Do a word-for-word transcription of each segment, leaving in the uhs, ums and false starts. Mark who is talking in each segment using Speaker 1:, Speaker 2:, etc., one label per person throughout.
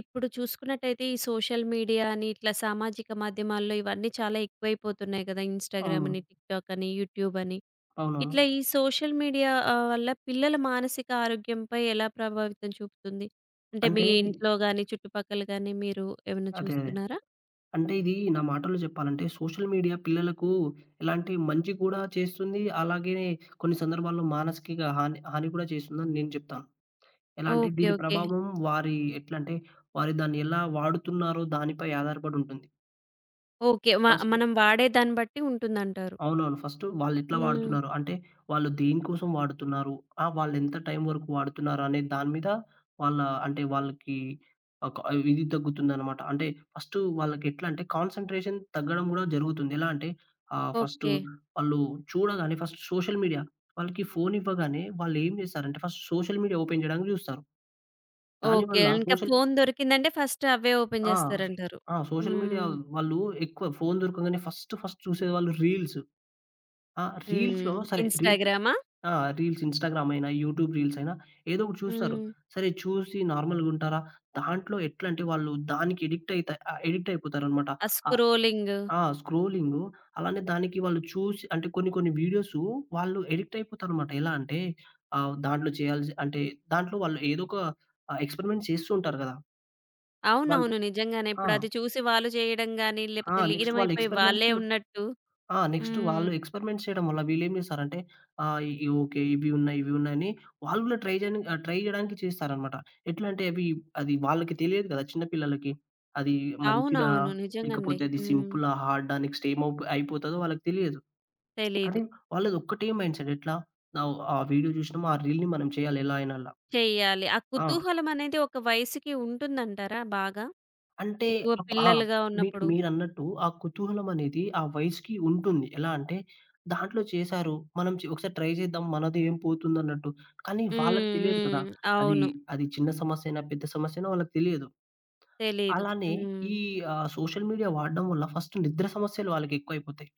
Speaker 1: ఇప్పుడు చూసుకున్నట్టయితే ఈ సోషల్ మీడియా అని ఇట్లా సామాజిక మాధ్యమాల్లో ఇవన్నీ చాలా ఎక్కువైపోతున్నాయి కదా. ఇన్‌స్టాగ్రామ్
Speaker 2: అవును.
Speaker 1: అని, టిక్‌టాక్ అని, యూట్యూబ్ అని.
Speaker 2: అవును.
Speaker 1: ఇట్లా ఈ సోషల్ మీడియా ఆహ్, వల్ల పిల్లల మానసిక ఆరోగ్యంపై ఎలా ప్రభావితం చూపుతుంది? అంటే మీ
Speaker 2: అంటే
Speaker 1: ఇంట్లో గాని, చుట్టుపక్కల గాని మీరు ఏమన్నా
Speaker 2: అదే. అదే.
Speaker 1: చూస్తున్నారా?
Speaker 2: అంటే ఇది నా మాటల్లో చెప్పాలంటే సోషల్ మీడియా పిల్లలకు ఎలాంటి మంచి కూడా చేస్తుంది. అలాగే కొన్ని సందర్భాల్లో మానసికంగా హాని, హాని కూడా చేస్తుందని నేను చెప్తాను. ఎలా అంటే
Speaker 1: ఓకే.
Speaker 2: దీని
Speaker 1: ఓకే.
Speaker 2: ప్రభావం వారి ఎట్లంటే వారు దాన్ని ఎలా వాడుతున్నారో దానిపై ఆధారపడి ఉంటుంది.
Speaker 1: ఓకే. మ
Speaker 2: ఫస్ట్
Speaker 1: మనం వాడే దాన్ని బట్టి ఉంటుందంటారు.
Speaker 2: అవునవును. ఫస్టు వాళ్ళెట్లా
Speaker 1: హ్మ్.
Speaker 2: వాడుతున్నారు? అంటే, వాళ్ళు దేనికోసం వాడుతున్నారు? ఆ! వాళ్ళెంత టైం వరకు వాడుతున్నారు అనే దాని మీద వాళ్ళ అంటే, వాళ్ళకి ఒక ఇది తగ్గుతుందనమాట. అంటే, ఫస్టు వాళ్ళకెట్లా అంటే, కాన్సంట్రేషన్ తగ్గడం గూడా జరుగుతుంది. ఎలా అంటే, ఆహ్, ఫస్టు
Speaker 1: ఓకే.
Speaker 2: వాళ్ళు చూడగానే ఫస్ట్ సోషల్ మీడియా వాళ్ళకి ఫోను ఇవ్వగానే వాళ్ళేం జేస్తారంటే, ఫస్ట్ సోషల్ మీడియా ఓపెన్ జేయడానికి జూస్తారు.
Speaker 1: ఓకే.
Speaker 2: దానివల్ల
Speaker 1: ఇంకా
Speaker 2: సోషల్
Speaker 1: ఫోను దొరికిందంటే ఫస్ట్ అవే ఓపెన్
Speaker 2: ఆ!
Speaker 1: చేస్తారంటారు.
Speaker 2: ఆ! సోషల్ మీడియా
Speaker 1: హ్మ్.
Speaker 2: వాళ్ళు ఎక్కువ ఫోను దొరకగానే ఫస్ట్, ఫస్ట్ చూసేవాళ్ళు రీల్స్. ఆ!
Speaker 1: హ్మ్.
Speaker 2: రీల్స్‌లో సరే రీల్స్
Speaker 1: ఇన్‌స్టాగ్రామా?
Speaker 2: ఆ! రీల్స్ ఇన్‌స్టాగ్రామ్ అయినా, యూట్యూబ్ రీల్స్ అయినా ఏదో ఒకటి చూస్తారు.
Speaker 1: హ్మ్.
Speaker 2: సరే చూసి నార్మల్‌గా ఉంటారా? దాంట్లో ఎట్లంటే వాళ్ళు దానికి ఎడిక్ట్ అయిత ఆహ్, ఎడిక్ట్ అయిపోతారనమాట.
Speaker 1: ఆ
Speaker 2: ఆహ్,
Speaker 1: స్క్రోలింగ్.
Speaker 2: ఆ! స్క్రోలింగు అలానే దానికి వాళ్ళు చూసి అంటే కొన్ని కొన్ని వీడియోసు వాళ్ళు ఎడిక్ట్ అయిపోతారనమాట. ఎలా అంటే ఆహ్, దాంట్లో చేయాల్సి అంటే దాంట్లో వాళ్ళు ఏదో ఒక ఆహ్, ఎక్స్‌పెరిమెంట్స్ చేస్తూ ఉంటారు గదా! వాళ్ళు
Speaker 1: అవునవును. నిజంగానే.
Speaker 2: ఆ!
Speaker 1: ఇప్పుడు అది చూసి వాళ్ళు చేయడం గాని,
Speaker 2: ఆ!
Speaker 1: లేపోతే
Speaker 2: నెక్స్ట్ వాళ్ళ
Speaker 1: లీనమైపోయి వాళ్ళే
Speaker 2: ఎక్స్‌పెరిమెంట్స్
Speaker 1: ఉన్నట్టు.
Speaker 2: ఆ! నెక్స్ట్
Speaker 1: హ్మ్.
Speaker 2: వాళ్ళు ఎక్స్‌పెరిమెంట్స్ చేయడం వల్ల వీళ్ళేం చేస్తారంటే ఆహ్, ఇ ఓకే. ఇవి ఉన్నాయి, ఇవి ఉన్నాయని వాళ్ళు కూడా ట్రై చేయని ఆహ్, ట్రై చేయడానికి చేస్తారనమాట. ఎట్లా అంటే అవి అది వాళ్ళకి తెలియదు కదా! చిన్న పిల్లలకి. అది మంచిదా?
Speaker 1: అవునవును. నిజంగండి.
Speaker 2: లేకపోతే అది
Speaker 1: హ్మ్.
Speaker 2: సింపులా? హార్డా? నెక్స్ట్ ఏమవుపో అయిపోతదో వాళ్ళకి తెలియదు.
Speaker 1: తెలీదు.
Speaker 2: కానీ వాళ్ళదొక్కటే మైండ్‌సెట్ ఎట్లా? ఆహ్, ఆ వీడియో చూసినామా, ఆ రీల్‌ని మనం చేయాలి ఎలా అయినలా.
Speaker 1: చెయ్యాలి. ఆ
Speaker 2: ఆ!
Speaker 1: కుతూహలం అనేది ఒక వయసుకి ఉంటుందంటారా బాగా?
Speaker 2: అంటే
Speaker 1: ఎక్కువ
Speaker 2: అప్ ఆ!
Speaker 1: పిల్లలుగా
Speaker 2: మీరు
Speaker 1: ఉన్నప్పుడు.
Speaker 2: మీరన్నట్టు ఆ కుతూహలం అనేది ఆ వయసుకి ఉంటుంది. ఎలా అంటే దాంట్లో చేశారు. మనం చే ఒకసారి ట్రై చేద్దాం. మనది ఏం పోతుందన్నట్టు. కానీ వాళ్ళకి
Speaker 1: హ్మ్.
Speaker 2: తెలియదు కదా!
Speaker 1: హ్మ్.
Speaker 2: అది
Speaker 1: అవును.
Speaker 2: అది చిన్న సమస్యైనా, పెద్ద సమస్యైనా వాళ్ళకి తెలియదు.
Speaker 1: తెలీదు.
Speaker 2: అలానే
Speaker 1: హ్మ్.
Speaker 2: ఈ ఆహ్, సోషల్ మీడియా వాడడం వల్ల ఫస్ట్ నిద్ర సమస్యలు వాళ్ళకి ఎక్కువైపోతాయి.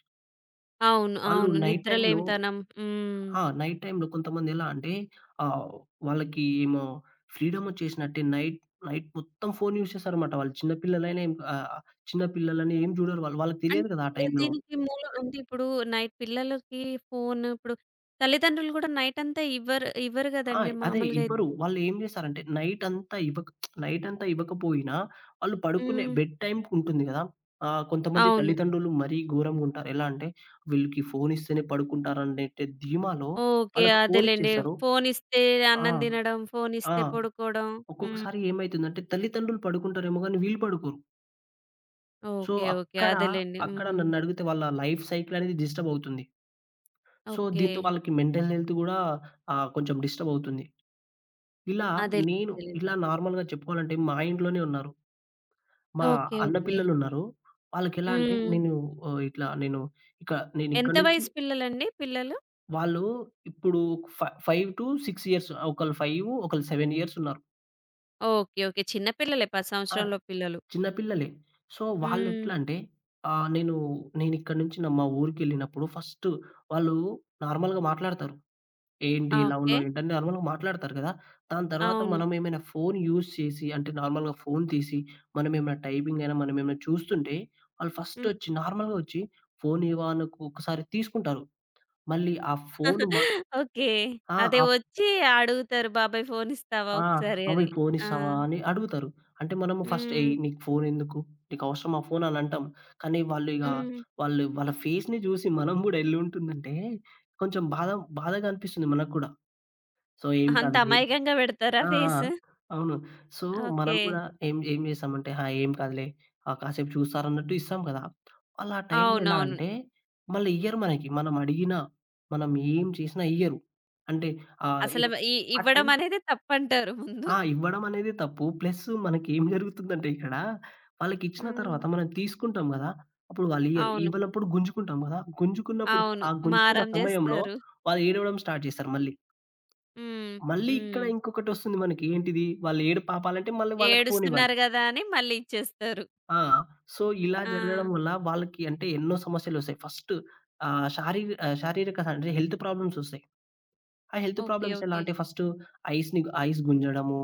Speaker 1: అవును.
Speaker 2: వాళ్ళు
Speaker 1: అవును.
Speaker 2: నైట్ టైమ్‌లో
Speaker 1: నిద్రలేమితనం. హ్మ్.
Speaker 2: ఆ! నైట్ టైమ్‌లో కొంతమందెలా అంటే ఆహ్, వాళ్ళకి ఏమో ఫ్రీడమొచ్చేసినట్టే నైట్ నైట్ మొత్తం ఫోను యూజ్ చేస్తారనమాట. వాళ్ళు చిన్న పిల్లలైనా ఏం ఆహ్, చిన్న పిల్లలని ఏం చూడరు వాళ్ళు. వాళ్ళకి తెలియదు కదా! ఆ
Speaker 1: అంటే
Speaker 2: టైంలో.
Speaker 1: దీనికి మూలం అంటే ఇప్పుడు నైట్ పిల్లలకి ఫోను ఇప్పుడు తల్లిదండ్రులు గూడా నైటంతా ఇవ్వరు ఇవ్వరు
Speaker 2: ఆ,
Speaker 1: గదండీ
Speaker 2: అదే
Speaker 1: మామూలుగా అయితే.
Speaker 2: ఇవ్వరు. హ్మ్. వాళ్ళేం చేస్తారంటే నైటంతా ఇవ్వక నైటంతా ఇవ్వకపోయినా వాళ్ళు పడుకునే
Speaker 1: హ్మ్.
Speaker 2: బెడ్ టైమ్‌కుంటుంది కదా! ఆహ్, కొంతమంది
Speaker 1: అవును.
Speaker 2: తల్లిదండ్రులు మరీ ఘోరంగుంటారు. ఎలా అంటే వీళ్ళకి ఫోనిస్తేనే పడుకుంటారనేటి ధీమాలో
Speaker 1: ఓకే.
Speaker 2: వాళ్ళకి
Speaker 1: అదేలెండి.
Speaker 2: ఫోనిచ్చేస్తారు.
Speaker 1: ఫోనిస్తే
Speaker 2: ఆ!
Speaker 1: అన్నం దినడం,
Speaker 2: ఆ!
Speaker 1: ఫోనిస్తే పడుకోవడం. హ్మ్.
Speaker 2: ఒక్కొక్కసారి ఏమైతుందంటే, తల్లిదండ్రులు పడుకుంటారేమో గానీ, వీళ్ళు పడుకోరు. So,
Speaker 1: okay. ఓకే.
Speaker 2: అక్కడ,
Speaker 1: అదేలెండి. హ్మ్.
Speaker 2: అక్కడ నన్నడిగితే వాళ్ళ లైఫ్ సైకిల్ అనేది డిస్టర్బ్ అవుతుంది. So,
Speaker 1: okay.
Speaker 2: దీంతో వాళ్ళకి మెంటల్ హెల్త్ గూడా ఆహ్, కొంచెం డిస్టర్బ్ అవుతుంది. ఇలా
Speaker 1: అదేలే
Speaker 2: నేను
Speaker 1: అదేలే.
Speaker 2: ఇలా నార్మల్‌గా చెప్పుకోవాలంటే, మా ఇంట్లోనే ఉన్నారు. మా
Speaker 1: ఓకే.
Speaker 2: అన్న
Speaker 1: ఓకే.
Speaker 2: పిల్లలున్నారు. వాళ్ళకెలా అంటే,
Speaker 1: హ్మ్.
Speaker 2: నేను ఆహ్, ఇట్లా నేను ఇక
Speaker 1: ఎంత
Speaker 2: నేనిక్కడి నుంచి
Speaker 1: వయసు పిల్లలండి పిల్లలు?
Speaker 2: వాళ్ళు ఇప్పుడు ఫ ఐదు ఆరు ఇయర్స్, ఒకళ్ళు ఐదు, ఒకళ్ళు ఏడు ఇయర్స్ ఉన్నారు.
Speaker 1: ఓకే. ఓకే. చిన్న పిల్లలే పది
Speaker 2: ఆ,
Speaker 1: సంవత్సరాల లోపు పిల్లలు.
Speaker 2: చిన్న పిల్లలే. సో,
Speaker 1: హ్మ్.
Speaker 2: వాళ్ళెట్లా అంటే ఆహ్, నేను నేనిక్కడి నుంచి న మా ఊరికెళ్ళినప్పుడు ఫస్ట్ వాళ్ళు నార్మల్‌గా మాట్లాడతారు. ఏంటి
Speaker 1: ఆ!
Speaker 2: ఇలా
Speaker 1: ఓకే.
Speaker 2: ఉన్నావు? ఏంటని నార్మల్‌గా మాట్లాడతారు కదా! దాని తర్వాత
Speaker 1: అవును.
Speaker 2: మనం ఏమైనా ఫోన్ యూజ్ చేసి అంటే నార్మల్‌గా ఫోన్ తీసి మనమేమైనా టైపింగ్ అయినా మనమేమైనా చూస్తుంటే వాళ్ళు
Speaker 1: హ్మ్.
Speaker 2: ఫస్టొచ్చి నార్మల్‌గా వచ్చి ఫోన్ ఇవ్వా అని ఒక్కొక్కసారి తీసుకుంటారు. మళ్ళీ ఆ ఫోన్ మ
Speaker 1: ఓకే. అదే
Speaker 2: ఆ!
Speaker 1: వచ్చి అడుగుతారు, బాబాయ్ ఫోన్ ఇస్తావా
Speaker 2: ఆ!
Speaker 1: ఒకసారి అని.
Speaker 2: "బాబోయ్! ఫోన్
Speaker 1: ఆ!
Speaker 2: ఇస్తావా?" అని అడుగుతారు. అంటే మనము ఫస్ట్ "ఏయ్!
Speaker 1: హ్మ్.
Speaker 2: నీకు ఫోన్ ఎందుకు? నీకు అవసరమా ఫోన్?" అని అంటాం. కానీ వాళ్ళు ఇగ
Speaker 1: హ్మ్.
Speaker 2: వాళ్ళు వాళ్ళ ఫేస్‌ని చూసి మనం గూడా ఎళ్ళుంటుందంటే కొంచెం బాధ బాధగా అనిపిస్తుంది మనకు కూడా. సో, "ఏం
Speaker 1: అంత
Speaker 2: కాదులే".
Speaker 1: అమాయకంగా పెడతారా
Speaker 2: ఆ! ఆ!
Speaker 1: ఫేస్?
Speaker 2: అవును. సో, మనం
Speaker 1: ఓకే.
Speaker 2: గూడా ఏం ఏం చేస్తామంటే, "ఆ! ఏం కాదులే ఆహ్, కాసేపు చూస్తారన్నట్టు" ఇస్తాం కదా! వాళ్ళు ఆ టైంలో ఎలా
Speaker 1: అవునవును.
Speaker 2: అంటే మళ్ళీ ఇయ్యరు మనకి. మనం అడిగినా, మనం ఏం చేసినా ఇయ్యరు. అంటే ఆహ్,
Speaker 1: అసలు
Speaker 2: ఇప్
Speaker 1: ఇ
Speaker 2: ఆ టైం
Speaker 1: ఇవ్వడం అనేది తప్పంటారు ముందు.
Speaker 2: ఆ! ఇవ్వడం అనేది తప్పు. ప్లస్ మనకేం జరుగుతుందంటే ఇక్కడ, వాళ్ళకిచ్చిన
Speaker 1: హ్మ్.
Speaker 2: తర్వాత మనం తీసుకుంటాం గదా! అప్పుడు వాళ్ళియ్యరు.
Speaker 1: అవును.
Speaker 2: ఇవ్వనప్పుడు గుంజుకుంటాం గదా! గుంజుకున్నప్పుడు
Speaker 1: అవును.
Speaker 2: ఆ గుంజుకున్న
Speaker 1: మారం
Speaker 2: సమయంలో
Speaker 1: జేస్తారు.
Speaker 2: వాళ్ళు ఏడవడం స్టార్ట్ చేస్తారు మళ్ళీ.
Speaker 1: హ్మ్.
Speaker 2: మళ్ళీ ఇక్కడ
Speaker 1: హ్మ్.
Speaker 2: ఇంకొకటొస్తుంది మనకి. ఏంటిది? వాళ్ళు ఏడుపు ఆపాలంటే మళ్ళీ వాళ్ళకి ఫోన్ ఇవ్వాలి.
Speaker 1: ఏడుస్తున్నారు గదా! అని మళ్ళీ ఇచ్చేస్తారు.
Speaker 2: ఆ! సో, ఇలా
Speaker 1: ఆ!
Speaker 2: జరగడం వల్ల వాళ్ళకి అంటే ఎన్నో సమస్యలొస్తాయి. ఫస్ట్ ఆహ్, శారీ ఆహ్, శారీరక అంటే హెల్త్ ప్రాబ్లమ్సొస్తాయి. ఆ హెల్త్
Speaker 1: ఓకే.
Speaker 2: ప్రాబ్లమ్స్ ఎలా
Speaker 1: ఓకే.
Speaker 2: అంటే ఫస్టు ఐస్‌ని ఐస్ గుంజడము.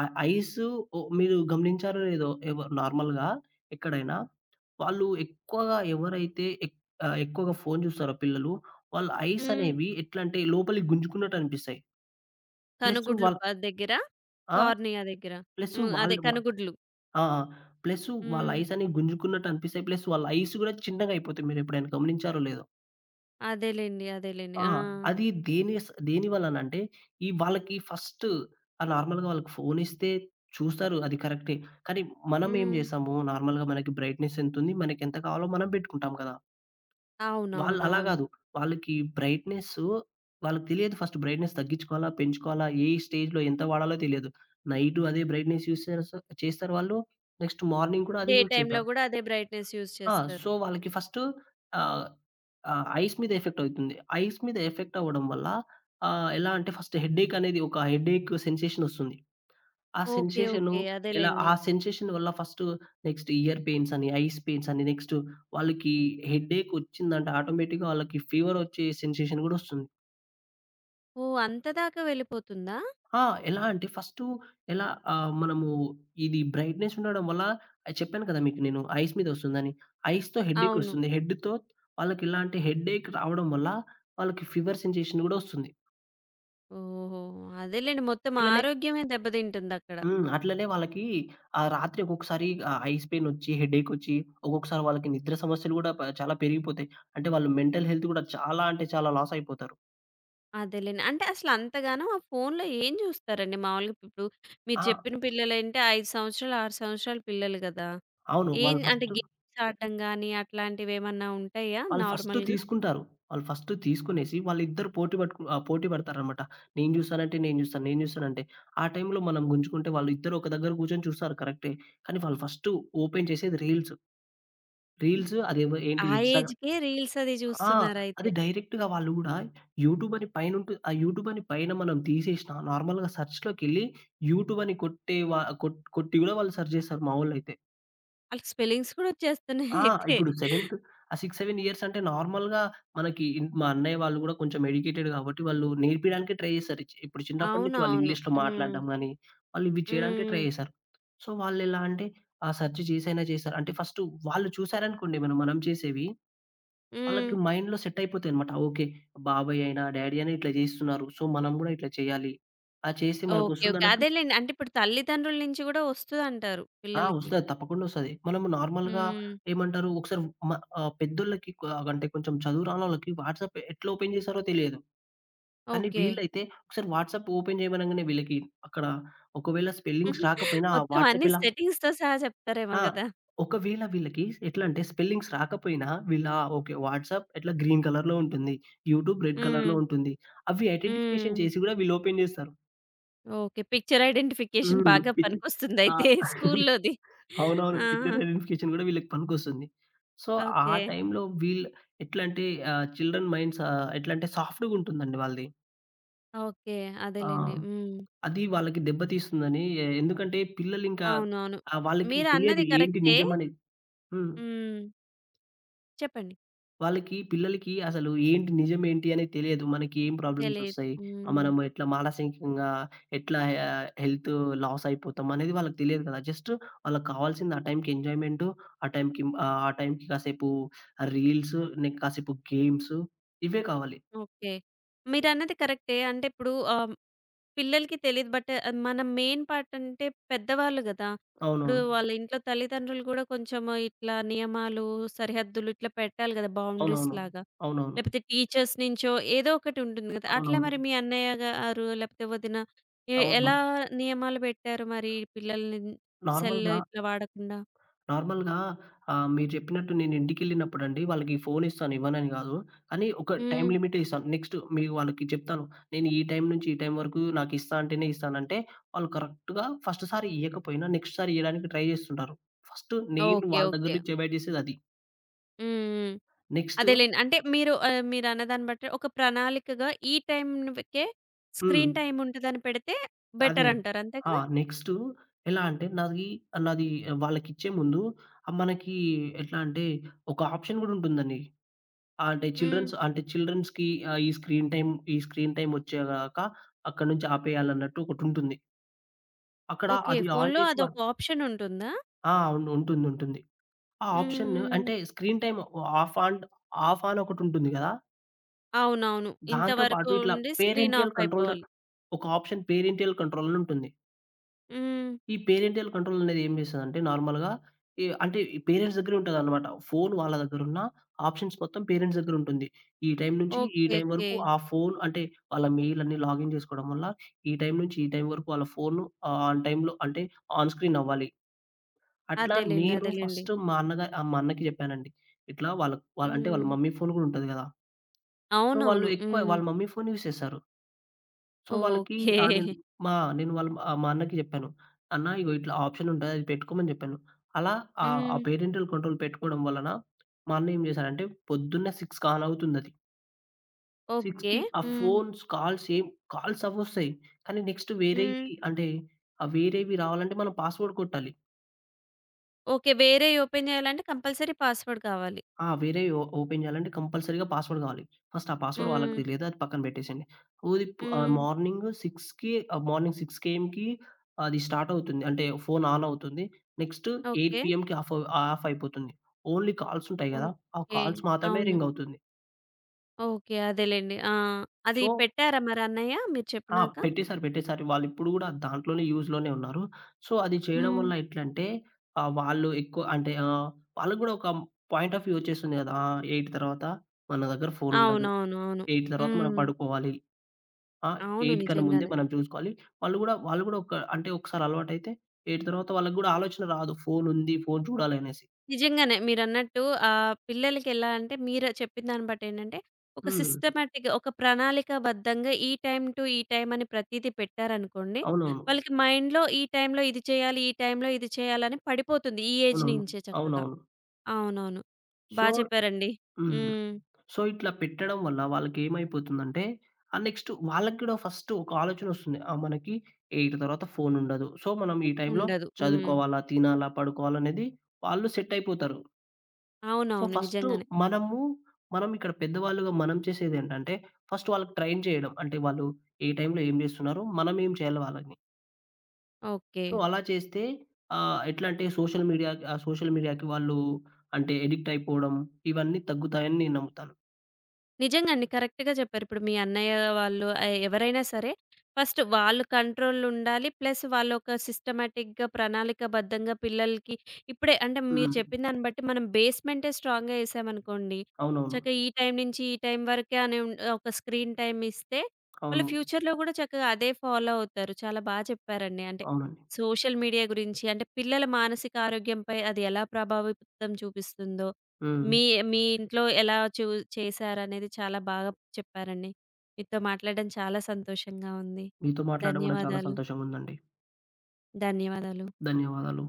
Speaker 2: ఆ ఐసు ఓ మీరు గమనించారో లేదో ఎవ నార్మల్‌గా ఎక్కడైనా వాళ్ళు ఎక్కువగా ఎవరైతే ఎక్ ఆహ్, ఎక్కువగా ఫోను చూస్తారో పిల్లలు, వాళ్ళ ఐస్
Speaker 1: హ్మ్.
Speaker 2: అనేవి ఎట్లంటే లోపలికి గుంజుకున్నట్టు అనిపిస్తాయి. ప్లస్సు
Speaker 1: కనుగుడ్లు
Speaker 2: వాళ్ళ
Speaker 1: ప దగ్గర?
Speaker 2: ఆ!
Speaker 1: కార్నియా దగ్గర.
Speaker 2: ప్లస్సు
Speaker 1: హ్మ్. అదే
Speaker 2: వాళ్ళు వ
Speaker 1: కనుగుడ్లు.
Speaker 2: ఆ! ఆ! ప్లస్సు వాళ్ళ
Speaker 1: హ్మ్.
Speaker 2: ఐస్ అనేవి గుంజుకున్నట్టు అనిపిస్తాయి. ప్లస్ వాళ్ళ ఐస్ గూడా చిన్నగా అయిపోతాయి. మీరెప్పుడైనా గమనించారో లేదో?
Speaker 1: అదేలెండి. అదేలెండి.
Speaker 2: ఆ!
Speaker 1: ఆ!
Speaker 2: అది దేని స్ దేనివల్లనంటే, ఈ వాళ్ళకి ఫస్ట్ ఆహ్, నార్మల్‌గా వాళ్ళకి ఫోనిస్తే చూస్తారు, అది కరెక్టే. కానీ మనం ఏం
Speaker 1: హ్మ్.
Speaker 2: చేసాము, నార్మల్‌గా మనకి బ్రైట్‌నెస్ ఎంతుంది, మనకెంత కావాలో మనం పెట్టుకుంటాం కదా! వాళ్ళు అలా
Speaker 1: అవునవునవును.
Speaker 2: కాదు. వాళ్ళకి బ్రైట్‌నెస్సు వాళ్ళకి తెలియదు ఫస్ట్ బ్రైట్‌నెస్ తగ్గించుకోవాలా, పెంచుకోవాలా, ఏ స్టేజ్‌లో ఎంత వాడాలో తెలియదు. నైటు అదే బ్రైట్‌నెస్ యూజ్ చేరస చేస్తారు వాళ్ళు. నెక్స్ట్ మార్నింగ్ కూడా
Speaker 1: డే
Speaker 2: అదే యూజ్
Speaker 1: టైమ్‌లో
Speaker 2: చేస్తారు.
Speaker 1: గూడా అదే బ్రైట్‌నెస్ యూజ్
Speaker 2: ఆ!
Speaker 1: చేస్తారు.
Speaker 2: సో, వాళ్ళకి ఫస్టు ఆహ్, ఆహ్, ఐస్ మీద ఎఫెక్ట్ అవుతుంది. ఐస్ మీద ఎఫెక్ట్ అవ్వడం వల్ల ఆహ్, ఎలా అంటే ఫస్ట్ హెడ్‌ఏక్ అనేది ఒక హెడ్‌ఏక్ సెన్సేషన్ ఒస్తుంది. ఆ
Speaker 1: ఓకే.
Speaker 2: Sensation
Speaker 1: okay.
Speaker 2: ఎలా
Speaker 1: అదేలెండి.
Speaker 2: ఆ సెన్సేషన్ వల్ల ఫస్టు నెక్స్ట్ ఇయర్ పెయిన్స్ అని, ఐస్ పెయిన్స్ అని, నెక్స్ట్ వాళ్ళకి హెడ్‌ఏక్ ఒచ్చిందంటే ఆటోమేటిక్‌గా వాళ్ళకి ఫీవర్ ఒచ్చే సెన్సేషన్ గూడా ఒస్తుంది.
Speaker 1: ఓహ్! అంత దాకా వెళ్ళిపోతుందా?
Speaker 2: ఆ! ఎలా అంటే ఫస్టు ఎలా ఆహ్, మనము ఇది బ్రైట్‌నెస్ ఉండడం వల్ల, ఆహ్, చెప్పాను కదా! మీకు నేను ఐస్ మీద వస్తుందని. ఐస్‌తో హెడ్‌ఏక్
Speaker 1: అవును.
Speaker 2: వస్తుంది. హెడ్‌తో వాళ్ళకెలా అంటే హెడ్‌ఏక్ రావడం వల్ల వాళ్ళకి ఫీవర్ సెన్సేషన్ గూడా వస్తుంది.
Speaker 1: ఓహో! అదేలెండి. మొత్తం
Speaker 2: అట్లనే
Speaker 1: ఆరోగ్యమే దెబ్బతింటుందక్కడ.
Speaker 2: హ్మ్. అట్లనే వాళ్ళకి ఆహ్, రాత్రి ఒక్కొక్కసారి ఆహ్, ఐస్ పెయిన్ వచ్చి, హెడ్‌ఏక్ వచ్చి, ఒక్కొక్కసారి వాళ్ళకి నిద్ర సమస్యలు గూడా ప చాలా పెరిగిపోతాయి. అంటే వాళ్ళు మెంటల్ హెల్త్ గూడా చాలా అంటే చాలా లాస్ అయిపోతారు.
Speaker 1: అదేలెండి. అంటే అసలంతగానం ఆ ఫోన్‌లో ఏం జూస్తారండి? మామూలుగా ఇప్పుడు మీరు
Speaker 2: ఆ!
Speaker 1: చెప్పిన పిల్లలంటే ఐదు సంవత్సరాలు, ఆరు సంవత్సరాల పిల్లలు గదా!
Speaker 2: అవును.
Speaker 1: ఏం
Speaker 2: వాళ్ళు
Speaker 1: అంటే
Speaker 2: ఫస్ట్
Speaker 1: గేమ్స్ ఆడడం గానీ అట్లాంటివేమన్నా ఉంటాయా
Speaker 2: వాళ్ళు ఫస్ట్
Speaker 1: నార్మల్‌గా?
Speaker 2: తీసుకుంటారు. వాళ్ళు ఫస్ట్ తీసుకునేసి వాళ్ళిద్దరు పోటీ పట్టుకు ఆహ్, పోటీ పడతారనమాట. నేను జూసానంటే నేను జూస్తాను, నేను జూస్తానంటే. ఆ టైంలో మనం గుంజుకుంటే వాళ్ళిద్దరూ ఒక దగ్గర గూర్చొని చూస్తారు కరెక్టే. కానీ వాళ్ళు ఫస్ట్ ఓపెన్ చేసేది రీల్స్. రీల్స్ అదేమో
Speaker 1: ఆ
Speaker 2: ఏంటిది ఇన్‌స్టాగ్రామ్
Speaker 1: ఏజ్‌కే రీల్స్ అది
Speaker 2: ఆ!
Speaker 1: జూస్తున్నారైతే.
Speaker 2: అది డైరెక్ట్‌గా వాళ్ళు గూడా యూట్యూబ్ అని పైనుంటు ఆ యూట్యూబ్ అని పైన మనం తీసేసినా నార్మల్‌గా సెర్చ్‌లోకెళ్ళి యూట్యూబ్ అని కొట్టే వా కొట్ కొట్టి గూడా వాళ్ళు సెర్చ్ జేస్తారు మా వోళ్ళైతే.
Speaker 1: ఆళ్ళకి స్పెల్లింగ్స్ కూడా వచ్చేస్తున్నాయి
Speaker 2: ఆ!
Speaker 1: అయితే.
Speaker 2: ఇప్పుడు సెవెంత్ ఆ ఆరు, ఏడు ఇయర్స్ అంటే నార్మల్‌గా మనకి ఇన్ మా అన్నయ్య వాళ్ళు గూడా కొంచెం ఎడ్యుకేటెడ్ గాబట్టి వాళ్ళు నేర్పియడానికే ట్రై చేశారు. ఇచ్ ఇప్పుడు చిన్నప్పటి నుంచి వాళ్ళు
Speaker 1: అవునవును.
Speaker 2: ఇంగ్లీష్‌లో
Speaker 1: హ్మ్.
Speaker 2: మాట్లాడడం గాని, వాళ్ళు ఇవి చేయడానికే
Speaker 1: హ్మ్.
Speaker 2: ట్రై చేశారు. సో, వాళ్ళెలా అంటే ఆ సెర్చ్ చేసైనా చేశారు. అంటే ఫస్టు వాళ్ళు చూసారనుకోండి మనం మనం చేసేవి,
Speaker 1: హ్మ్.
Speaker 2: వాళ్ళకి మైండ్‌లో సెట్ అయిపోతాయన్నమాట. ఓకే. బాబాయ్ అయినా, డ్యాడీ అయినా ఇట్లా చేస్తున్నారు. సో, మనం గూడా ఇట్లా చేయాలి. ఆ చేస్తే
Speaker 1: ఓకే. ఓకే.
Speaker 2: మనకొస్తుందన్నట్టు.
Speaker 1: అదేలెండి. అంటే ఇప్పుడు తల్లిదండ్రుల నుంచి గూడా వస్తదంటారు
Speaker 2: ఆ!
Speaker 1: పిల్లలకి.
Speaker 2: వస్తది. తప్పకుండా వస్తది. మనము నార్మల్‌గా
Speaker 1: హ్మ్.
Speaker 2: ఏమంటారు ఒకసారి మ ఆహ్, పెద్దోళ్ళకి క అంటే కొంచెం చదువు రానోళ్ళకి వాట్సాప్ ఎట్లా ఓపెన్ చేస్తారో తెలియదు. కానీ
Speaker 1: ఓకే.
Speaker 2: వీళ్ళైతే ఒకసారి వాట్సాప్ ఓపెన్ చేయమనంగానే వీళ్ళకి అక్కడ ఒకవేళ స్పెల్లింగ్స్ రాకపోయినా ఆ
Speaker 1: మొత్తం
Speaker 2: వాట్సాప్
Speaker 1: అన్ని
Speaker 2: ఎలా
Speaker 1: సెట్టింగ్స్‌తో సహా చెప్తారేమో
Speaker 2: ఆ!
Speaker 1: గదా!
Speaker 2: ఒకవేళ వీళ్ళకి ఎట్లా అంటే స్పెల్లింగ్స్ రాకపోయినా వీళ్ళ ఓకే. వాట్సాప్ ఎట్లా గ్రీన్ కలర్‌లో ఉంటుంది. యూట్యూబ్ రెడ్
Speaker 1: హ్మ్.
Speaker 2: కలర్‌లో ఉంటుంది. అవి ఐడెంటిఫికేషన్
Speaker 1: హ్మ్.
Speaker 2: చేసి కూడా వీళ్ళు ఓపెన్ చేస్తారు.
Speaker 1: ఓకే. పిక్చర్ ఐడెంటిఫికేషన్
Speaker 2: హ్మ్.
Speaker 1: బాగా
Speaker 2: పిచ్చి ఆ!
Speaker 1: పనికొస్తుందయితే స్కూల్లోది.
Speaker 2: అవునవును.
Speaker 1: ఆ!
Speaker 2: పిక్చర్ ఐడెంటిఫికేషన్ గూడా వీళ్ళకి పనికొస్తుంది. సో, ఆ
Speaker 1: ఓకే.
Speaker 2: టైంలో వీళ్ళు ఎట్లంటే ఆహ్, చిల్డ్రన్ మైండ్స్ ఆహ్, ఎట్లంటే సాఫ్ట్‌గుంటుందండి వాళ్ళది.
Speaker 1: ఓకే.
Speaker 2: ఆ!
Speaker 1: అదేలెండి. హ్మ్.
Speaker 2: అది వాళ్ళకి దెబ్బ తీస్తుందని. ఎందుకంటే పిల్లలింకా
Speaker 1: అవునవును.
Speaker 2: ఆహ్, వాళ్ళకి తెలియదు
Speaker 1: మీరన్నది
Speaker 2: ఏంటి
Speaker 1: కరెక్టే.
Speaker 2: నిజమనేది. హ్మ్.
Speaker 1: హ్మ్. చెప్పండి.
Speaker 2: వాళ్ళకి పిల్లలకి అసలు ఏంటి నిజమేంటి అనేది తెలియదు. మనకి ఏం ప్రాబ్లమ్స్
Speaker 1: తెలీదు.
Speaker 2: ఒస్తాయి. ఆహ్,
Speaker 1: హ్మ్.
Speaker 2: మనం ఎట్లా మానసికంగా ఎట్లా ఆహ్, హెల్త్ లాస్ అయిపోతాం అనేది వాళ్ళకి తెలియదు కదా! జస్ట్ వాళ్ళకి కావాల్సింది ఆ టైంకి ఎంజాయ్‌మెంట్, ఆ టైంకి ఆహ్, ఆ టైంకి కాసేపు రీల్స్, నెక్ కాసేపు గేమ్స్, ఇవే కావాలి.
Speaker 1: ఓకే. మీరన్నది కరెక్టే. అంటే ఇప్పుడు ఆహ్, పిల్లలకి తెలీదు. బట్, మన మెయిన్ పార్ట్ అంటే పెద్దవాళ్ళు గదా! ఇప్పుడు
Speaker 2: అవునవును.
Speaker 1: వాళ్ళ ఇంట్లో తల్లిదండ్రులు గూడా కొంచెం ఇట్లా నియమాలు, సరిహద్దులు ఇట్లా పెట్టాలి గదా! బౌండరీస్
Speaker 2: అవునవును.
Speaker 1: లాగా.
Speaker 2: అవునవును.
Speaker 1: లేపోతే టీచర్స్ నుంచో ఏదో ఒకటి ఉంటుంది గదా! అట్లా
Speaker 2: అవునవును.
Speaker 1: మరి మీ అన్నయ్య గారు లేపోతే వదిన ఎ ఎలా
Speaker 2: అవునవును.
Speaker 1: నియమాలు పెట్టారు మరి పిల్లల్ని సెల్
Speaker 2: నార్మల్‌గా
Speaker 1: ఇట్లా వాడకుండా?
Speaker 2: నార్మల్‌గా ఆహ్, మీరు చెప్పినట్టు నేను ఇంటికెళ్ళినప్పుడండి వాళ్ళకి ఫోన్ ఇస్తాను, ఇవ్వనని గాదు. కానీ ఒక
Speaker 1: హ్మ్.
Speaker 2: టైమ్ లిమిటే ఇస్తాను. నెక్స్ట్ మీకు వాళ్ళకి చెప్తాను. నేను ఈ టైం నుంచి ఈ టైం వరకు నాకిస్తా అంటేనే ఇస్తానంటే వాళ్ళు కరెక్ట్‌గా ఫస్ట్ సారి ఇయ్యకపోయినా నెక్స్ట్ సారి ఇయ్యడానికి ట్రై జేస్తుంటారు. ఫస్ట్ నేను
Speaker 1: ఓకే.
Speaker 2: వాళ్ళ దగ్గర
Speaker 1: ఓకే.
Speaker 2: నుంచి అవాయిడ్ జేసేదది.
Speaker 1: హ్మ్. హ్మ్.
Speaker 2: నెక్స్ట్
Speaker 1: అదేలేండి. అంటే మీరు ఆహ్, మీరన్న దాన్ని బట్టి ఒక ప్రణాళికగా ఈ టైంకే
Speaker 2: హ్మ్.
Speaker 1: స్క్రీన్ టైమ్ ఉంటదని పెడితే
Speaker 2: అదే.
Speaker 1: బెటర్
Speaker 2: అదే.
Speaker 1: అంటారు. అంతే
Speaker 2: ఆ!
Speaker 1: కదా?
Speaker 2: నెక్స్ట్ ఎలా అంటే నాది నాది వాళ్ళకిచ్చే ముందు ఆహ్, మనకి ఎట్లా అంటే ఒక ఆప్షన్ గూడా ఉంటుందండి. ఆ! అంటే
Speaker 1: హ్మ్.
Speaker 2: చిల్డ్రన్స్ అంటే చిల్డ్రన్స్‌కి ఆహ్, ఈ స్క్రీన్ టైమ్ ఈ స్క్రీన్ టైమ్ వచ్చేదాకా అక్కడి నుంచి ఆపేయాలన్నట్టు ఒకటుంటుంది. అక్కడ
Speaker 1: ఓకే.
Speaker 2: అది ఆన్
Speaker 1: ఫోన్‌లో
Speaker 2: చేసి వ
Speaker 1: అదొక ఆప్షన్ ఉంటుందా?
Speaker 2: ఆ! అవును. ఉంటుంది. ఉంటుంది. ఆ ఆప్షన్
Speaker 1: హ్మ్.
Speaker 2: అంటే screen time off on off on ఒకటుంటుంది గదా!
Speaker 1: అవునవును.
Speaker 2: దాంతో
Speaker 1: ఇంతవరకు
Speaker 2: పాటు ఇట్లా
Speaker 1: ఉండి స్క్రీన్
Speaker 2: పేరెంటియల్
Speaker 1: ఆఫ్
Speaker 2: కంట్రోల్
Speaker 1: అయిపోవాలి.
Speaker 2: ఒక ఆప్షన్ పేరెంటియల్ కంట్రోల్ అని ఉంటుంది.
Speaker 1: హ్మ్.
Speaker 2: ఈ పేరెంటియల్ కంట్రోల్ అనేది ఏం చేస్తదంటే నార్మల్‌గా ఈ అంటే ఈ పేరెంట్స్ దగ్గరే ఉంటదనమాట. ఫోన్ వాళ్ళ దగ్గరున్న ఆప్షన్స్ మొత్తం పేరెంట్స్ దగ్గరుంటుంది. ఈ టైం నుంచి ఈ
Speaker 1: ఓకే.
Speaker 2: Time
Speaker 1: okay.
Speaker 2: వరకు ఆ ఫోన్ అంటే వాళ్ళ మెయిల్ అన్ని లాగిన్ చేసుకోవడం వల్ల ఈ టైం నుంచి ఈ టైం వరకు వాళ్ళ ఫోను ఆన్ టైంలో అంటే ఆన్ స్క్రీన్ అవ్వాలి. అట్లా
Speaker 1: అదేలెండి.
Speaker 2: నేను
Speaker 1: అదేలెండి.
Speaker 2: ఫస్ట్ మా అన్నగా ఆహ్, మా అన్నకి చెప్పానండి. ఇట్లా వాళ్ళ వాళ్ళ అంటే వాళ్ళ
Speaker 1: హ్మ్.
Speaker 2: మమ్మీ ఫోన్ కూడా ఉంటది కదా! సో, వాళ్ళు
Speaker 1: అవునవును.
Speaker 2: ఎక్కువ
Speaker 1: హ్మ్.
Speaker 2: వాళ్ళ మమ్మీ ఫోన్ యూజ్ చేస్తారు. సో, వాళ్ళకి
Speaker 1: ఓకే.
Speaker 2: ఆ! నేను మా నేను వాళ్ళ ఆహ్, మా అన్నకి జెప్పాను. "అన్న ఇగో ఇట్లా ఆప్షన్ ఉంటది. అది పెట్టుకోమని" జెప్పాను. అలా ఆహ్, ఆ
Speaker 1: హ్మ్.
Speaker 2: పేరెంటల్ కంట్రోల్ పెట్టుకోవడం వలన మా అన్న ఏం జేశాడంటే పొద్దున్నే ఆరు కాల్ అవుతుందది.
Speaker 1: ఓకే.
Speaker 2: 6కి ఆ
Speaker 1: హ్మ్.
Speaker 2: ఫోన్స్ కాల్స్ ఏం కాల్స్ అవొస్తాయి. కానీ నెక్స్ట్
Speaker 1: హ్మ్.
Speaker 2: వేరేయి అంటే, ఆ వేరేవి రావాలంటే మనం పాస్వర్డ్ కొట్టాలి.
Speaker 1: ఓకే. వేరేయి ఓపెన్ చేయాలంటే కంపల్సరీ పాస్‌వర్డ్ కావాలి.
Speaker 2: ఆ! వేరేయి ఓ ఓపెన్ చేయాలంటే కంపల్సరీగా పాస్‌వర్డ్ కావాలి. ఫస్ట్ ఆ పాస్‌వర్డ్ వాళ్ళకి
Speaker 1: హ్మ్.
Speaker 2: తెలీదు. అది పక్కన పెట్టేసేయండి. ఊది ప్ ఆహ్,
Speaker 1: హ్మ్.
Speaker 2: మార్నింగ్ 6కి ఆహ్, మార్నింగ్ ఆరు ఏఎంకి అది స్టార్ట్ అవుతుంది. అంటే ఫోన్ ఆన్ అవుతుంది. నెక్స్ట్ ఎనిమిది
Speaker 1: ఓకే.
Speaker 2: పీఎంకి ఆఫ్ అవ్ ఆఫ్ అయిపోతుంది. ఓన్లీ కాల్స్ ఉంటాయి కదా! ఆ
Speaker 1: ఓకే.
Speaker 2: కాల్స్ మాత్రమే
Speaker 1: అవును.
Speaker 2: రింగ్ అవుతుంది.
Speaker 1: ఓకే. అదేలెండి. ఆ! అది
Speaker 2: సో
Speaker 1: పెట్టారా మరి అన్నయ్య మీరు
Speaker 2: ఆ!
Speaker 1: చెప్పినాక?
Speaker 2: పెట్టేసారు, పెట్టేసారు. వాళ్ళిప్పుడు కూడా దాంట్లోనే యూజ్‌లోనే ఉన్నారు. సో అది చేయడం
Speaker 1: హ్మ్.
Speaker 2: వల్ల ఎట్లంటే ఆహ్, వాళ్ళు ఎక్కువ అంటే ఆహ్, వాళ్ళకి కూడా ఒక పాయింట్ ఆఫ్ వ్యూ వచ్చేస్తుంది కదా! ఆ! ఎనిమిది తర్వాత మన దగ్గర ఫోన్ ఉండదు.
Speaker 1: అవునవును. అవును.
Speaker 2: ఎనిమిది తర్వాత మనం
Speaker 1: హ్మ్.
Speaker 2: పడుకోవాలి. ఆ!
Speaker 1: అవును.
Speaker 2: ఎనిమిది కన్నా ముందే
Speaker 1: నిజంగానే.
Speaker 2: మనం చూసుకోవాలి. వాళ్ళు గూడా వాళ్ళు గూడా ఒక అంటే ఒకసారి అలవాటైతే ఎనిమిది తర్వాత వాళ్ళకి గూడా ఆలోచన రాదు. ఫోనుంది, ఫోను చూడాలనేసి.
Speaker 1: నిజంగానే మీరన్నట్టు ఆహ్, పిల్లలకెలా అంటే మీరు చెప్పిన దాన్ని బట్టి ఏంటంటే, ఒక
Speaker 2: హ్మ్.
Speaker 1: సిస్టమాటిక్‌గా, ఒక ప్రణాళికాబద్ధంగా ఈ టైమ్ టు ఈ టైమ్ అని ప్రతీది పెట్టారనుకోండి,
Speaker 2: అవునవును.
Speaker 1: వాళ్ళకి మైండ్‌లో ఈ టైమ్‌లో ఇది చేయాలి, ఈ టైమ్‌లో ఇది చేయాలని పడిపోతుంది ఈ ఏజ్
Speaker 2: అవునవును.
Speaker 1: నుంచే చక్కగా.
Speaker 2: అవునవును.
Speaker 1: అవునవును. బా
Speaker 2: సో
Speaker 1: చెప్పారండి.
Speaker 2: హ్మ్.
Speaker 1: హ్మ్.
Speaker 2: సో, ఇట్లా పెట్టడం వల్ల వాళ్ళకేమైపోతుందంటే ఆ నెక్స్ట్ వాళ్ళకి గూడా ఫస్ట్ ఒక ఆలోచనొస్తుంది. ఆ! మనకి ఎనిమిది తర్వాత ఫోనుండదు. సో, మనం ఈ టైంలో
Speaker 1: ఉండదు. హ్మ్.
Speaker 2: చదువుకోవాలా, తినాలా, పడుకోవాలనేది వాళ్ళు సెట్ అయిపోతారు. సో,
Speaker 1: అవునవును.
Speaker 2: ఫస్టు
Speaker 1: నిజంగానే.
Speaker 2: మనము, మనం ఇక్కడ పెద్దవాళ్ళుగా మనం చేసేదేంటంటే, ఫస్ట్ వాళ్ళకి ట్రైన్ చేయడం. అంటే వాళ్ళు ఏ టైంలో ఏం జేస్తున్నారు? మనం ఏం చేయాలి వాళ్ళని.
Speaker 1: ఓకే.
Speaker 2: సో, అలా చేస్తే ఆహ్, ఎట్లా అంటే సోషల్ మీడియా ఆహ్, సోషల్ మీడియాకి వాళ్ళు అంటే ఎడిక్ట్ అయిపోవడం, ఇవన్నీ తగ్గుతాయని నేను నమ్ముతాను.
Speaker 1: నిజంగండి. కరెక్ట్‌గా చెప్పారు. ఇప్పుడు మీ అన్నయ్య వాళ్ళు ఆహ్, ఎవరైనా సరే ఫస్ట్ వాళ్ళు కంట్రోలుండాలి. ప్లస్ వాళ్ళొక సిస్టమాటిక్‌గా, ప్రణాళికాబద్ధంగా పిల్లలకి ఇప్పుడే అంటే మీరు
Speaker 2: హ్మ్.
Speaker 1: చెప్పిన దాన్ని బట్టి మనం బేస్‌మెంటే స్ట్రాంగ్‌గా ఏసామనుకోండి.
Speaker 2: అవునవును.
Speaker 1: చక్కగా ఈ టైం నుంచి ఈ టైం వరకే అనే ఉన్ ఒక స్క్రీన్ టైమ్ ఇస్తే వాళ్ళు
Speaker 2: అవును.
Speaker 1: ఫ్యూచర్‌లో గూడా చక్కగా అదే ఫాలో అవుతారు. చాలా బా చెప్పారండి. అంటే
Speaker 2: అవునండి.
Speaker 1: సోషల్ మీడియా గురించి, అంటే పిల్లల మానసిక ఆరోగ్యంపై అది ఎలా ప్రభావితం చూపిస్తుందో
Speaker 2: హ్మ్.
Speaker 1: మీ మీ ఇంట్లో ఎలా చూ చేశారనేది చాలా బాగా చెప్పారండి. మీతో మాట్లాడడం చాలా సంతోషంగా ఉంది.
Speaker 2: మీతో మాట్లాడడం గూడా చాలా
Speaker 1: ధన్యవాదాలు.
Speaker 2: సంతోషంగుందండి.
Speaker 1: ధన్యవాదాలు.
Speaker 2: ధన్యవాదాలు.